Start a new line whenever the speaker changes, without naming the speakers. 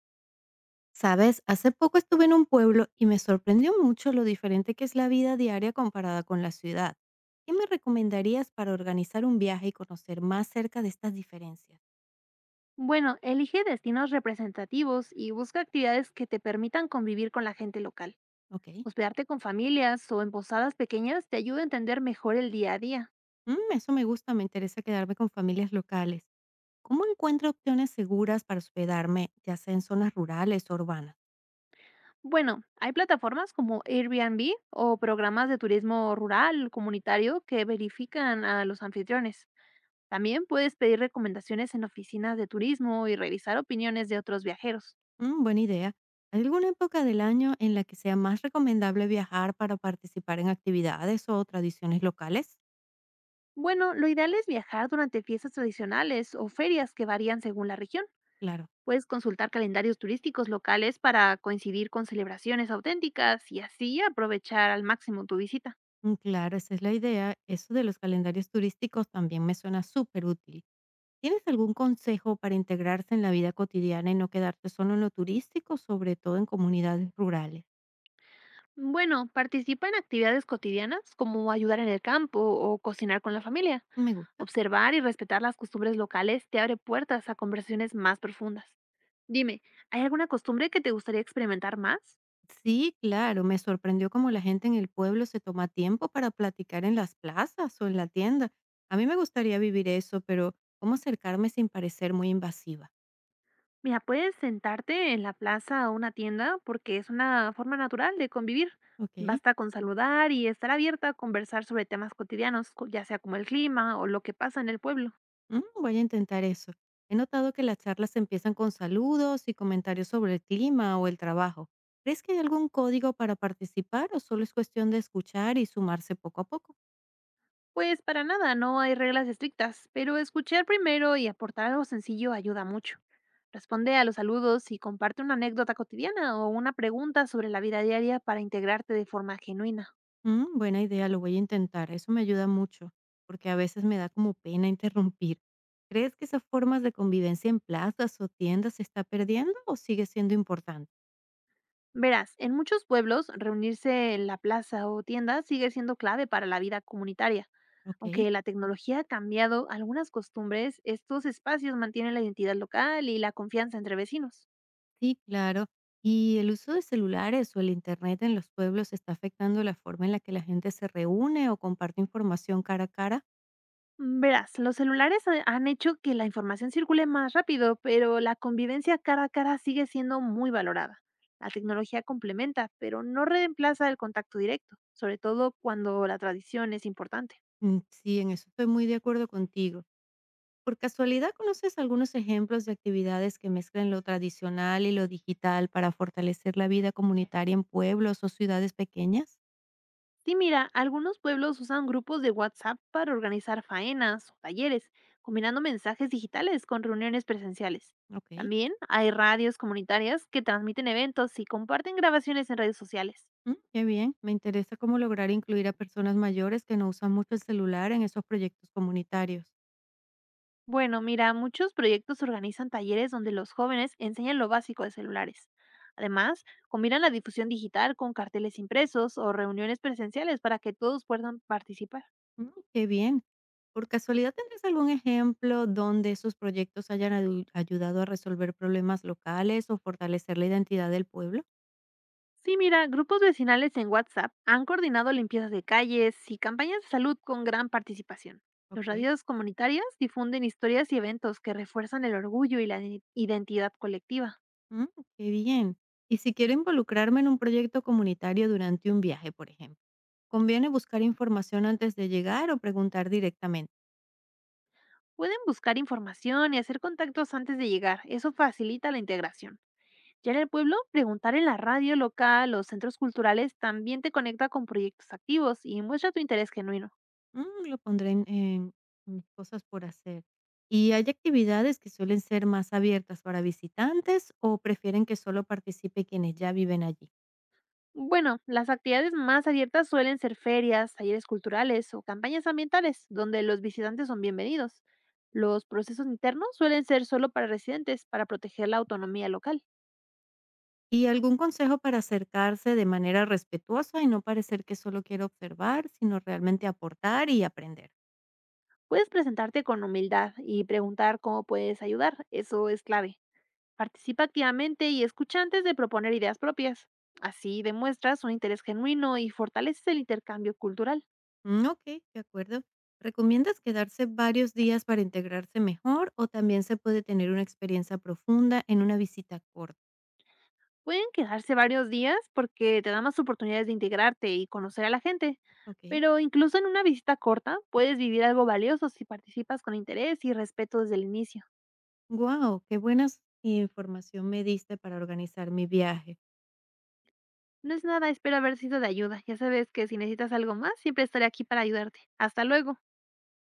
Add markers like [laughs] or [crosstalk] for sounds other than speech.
Sabes, hace poco estuve en un pueblo y me sorprendió mucho lo diferente que es la vida diaria comparada con la ciudad. ¿Qué me recomendarías para organizar un viaje y conocer más cerca de estas diferencias?
Bueno, elige destinos representativos y busca actividades que te permitan convivir con la gente local.
Ok.
Hospedarte con familias o en posadas pequeñas te ayuda a entender mejor el día a día.
Eso me gusta, me interesa quedarme con familias locales. ¿Cómo encuentro opciones seguras para hospedarme, ya sea en zonas rurales o urbanas?
Bueno, hay plataformas como Airbnb o programas de turismo rural comunitario que verifican a los anfitriones. También puedes pedir recomendaciones en oficinas de turismo y revisar opiniones de otros viajeros.
Buena idea. ¿Hay alguna época del año en la que sea más recomendable viajar para participar en actividades o tradiciones locales?
Bueno, lo ideal es viajar durante fiestas tradicionales o ferias que varían según la región.
Claro.
Puedes consultar calendarios turísticos locales para coincidir con celebraciones auténticas y así aprovechar al máximo tu visita.
Mm, claro, esa es la idea. Eso de los calendarios turísticos también me suena súper útil. ¿Tienes algún consejo para integrarse en la vida cotidiana y no quedarte solo en lo turístico, sobre todo en comunidades rurales?
Bueno, participa en actividades cotidianas como ayudar en el campo o cocinar con la familia.
Me gusta.
Observar y respetar las costumbres locales te abre puertas a conversaciones más profundas. Dime, ¿hay alguna costumbre que te gustaría experimentar más?
Sí, claro, me sorprendió cómo la gente en el pueblo se toma tiempo para platicar en las plazas o en la tienda. A mí me gustaría vivir eso, pero ¿cómo acercarme sin parecer muy invasiva?
Mira, puedes sentarte en la plaza o una tienda porque es una forma natural de convivir.
Ok.
Basta con saludar y estar abierta a conversar sobre temas cotidianos, ya sea como el clima o lo que pasa en el pueblo.
Mm, voy a intentar eso. He notado que las charlas empiezan con saludos y comentarios sobre el clima o el trabajo. ¿Crees que hay algún código para participar o solo es cuestión de escuchar y sumarse poco a poco?
Pues para nada, no hay reglas estrictas, pero escuchar primero y aportar algo sencillo ayuda mucho. Responde a los saludos y comparte una anécdota cotidiana o una pregunta sobre la vida diaria para integrarte de forma genuina.
Buena idea, lo voy a intentar. Eso me ayuda mucho, porque a veces me da como pena [laughs] interrumpir. ¿Crees que esas formas de convivencia en plazas o tiendas se está perdiendo o sigue siendo importante?
Verás, en muchos pueblos reunirse en la plaza o tienda sigue siendo clave para la vida comunitaria.
Ok.
Aunque la tecnología ha cambiado algunas costumbres, estos espacios mantienen la identidad local y la confianza entre vecinos.
Sí, claro. ¿Y el uso de celulares o el Internet en los pueblos está afectando la forma en la que la gente se reúne o comparte información cara a cara?
Mm, verás, los celulares han hecho que la información circule más rápido, pero la convivencia cara a cara sigue siendo muy valorada. La tecnología complementa, pero no reemplaza el contacto directo, sobre todo cuando la tradición es importante.
Mm, sí, en eso estoy muy de acuerdo contigo. ¿Por casualidad conoces algunos ejemplos de actividades que mezclan lo tradicional y lo digital para fortalecer la vida comunitaria en pueblos o ciudades pequeñas?
Sí, mira, algunos pueblos usan grupos de WhatsApp para organizar faenas o talleres, combinando mensajes digitales con reuniones presenciales.
Ok.
También hay radios comunitarias que transmiten eventos y comparten grabaciones en redes sociales.
Mm, qué bien. Me interesa cómo lograr incluir a personas mayores que no usan mucho el celular en esos proyectos comunitarios.
Bueno, mira, muchos proyectos organizan talleres donde los jóvenes enseñan lo básico de celulares. Además, combinan la difusión digital con carteles impresos o reuniones presenciales para que todos puedan participar.
Mm, qué bien. ¿Por casualidad tendrás algún ejemplo donde esos proyectos hayan ayudado a resolver problemas locales o fortalecer la identidad del pueblo?
Sí, mira, grupos vecinales en WhatsApp han coordinado limpiezas de calles y campañas de salud con gran participación. Los
Ok.
radios comunitarias difunden historias y eventos que refuerzan el orgullo y la identidad colectiva.
Mm, qué bien. Y si quiero involucrarme en un proyecto comunitario durante un viaje, por ejemplo, ¿conviene buscar información antes de llegar o preguntar directamente?
Pueden buscar información y hacer contactos antes de llegar. Eso facilita la integración. Ya en el pueblo, preguntar en la radio local o centros culturales también te conecta con proyectos activos y muestra tu interés genuino.
Mm, lo pondré en mis cosas por hacer. ¿Y hay actividades que suelen ser más abiertas para visitantes o prefieren que solo participe quienes ya viven allí?
Bueno, las actividades más abiertas suelen ser ferias, talleres culturales o campañas ambientales, donde los visitantes son bienvenidos. Los procesos internos suelen ser solo para residentes, para proteger la autonomía local.
¿Y algún consejo para acercarse de manera respetuosa y no parecer que solo quiero observar, sino realmente aportar y aprender?
Puedes presentarte con humildad y preguntar cómo puedes ayudar, eso es clave. Participa activamente y escucha antes de proponer ideas propias. Así demuestras un interés genuino y fortaleces el intercambio cultural.
Mm, ok, de acuerdo. ¿Recomiendas quedarse varios días para integrarse mejor o también se puede tener una experiencia profunda en una visita corta?
Pueden quedarse varios días porque te da más oportunidades de integrarte y conocer a la gente,
Ok.
pero incluso en una visita corta puedes vivir algo valioso si participas con interés y respeto desde el inicio.
Wow, qué buena información me diste para organizar mi viaje.
No es nada, espero haber sido de ayuda. Ya sabes que si necesitas algo más, siempre estaré aquí para ayudarte. Hasta luego.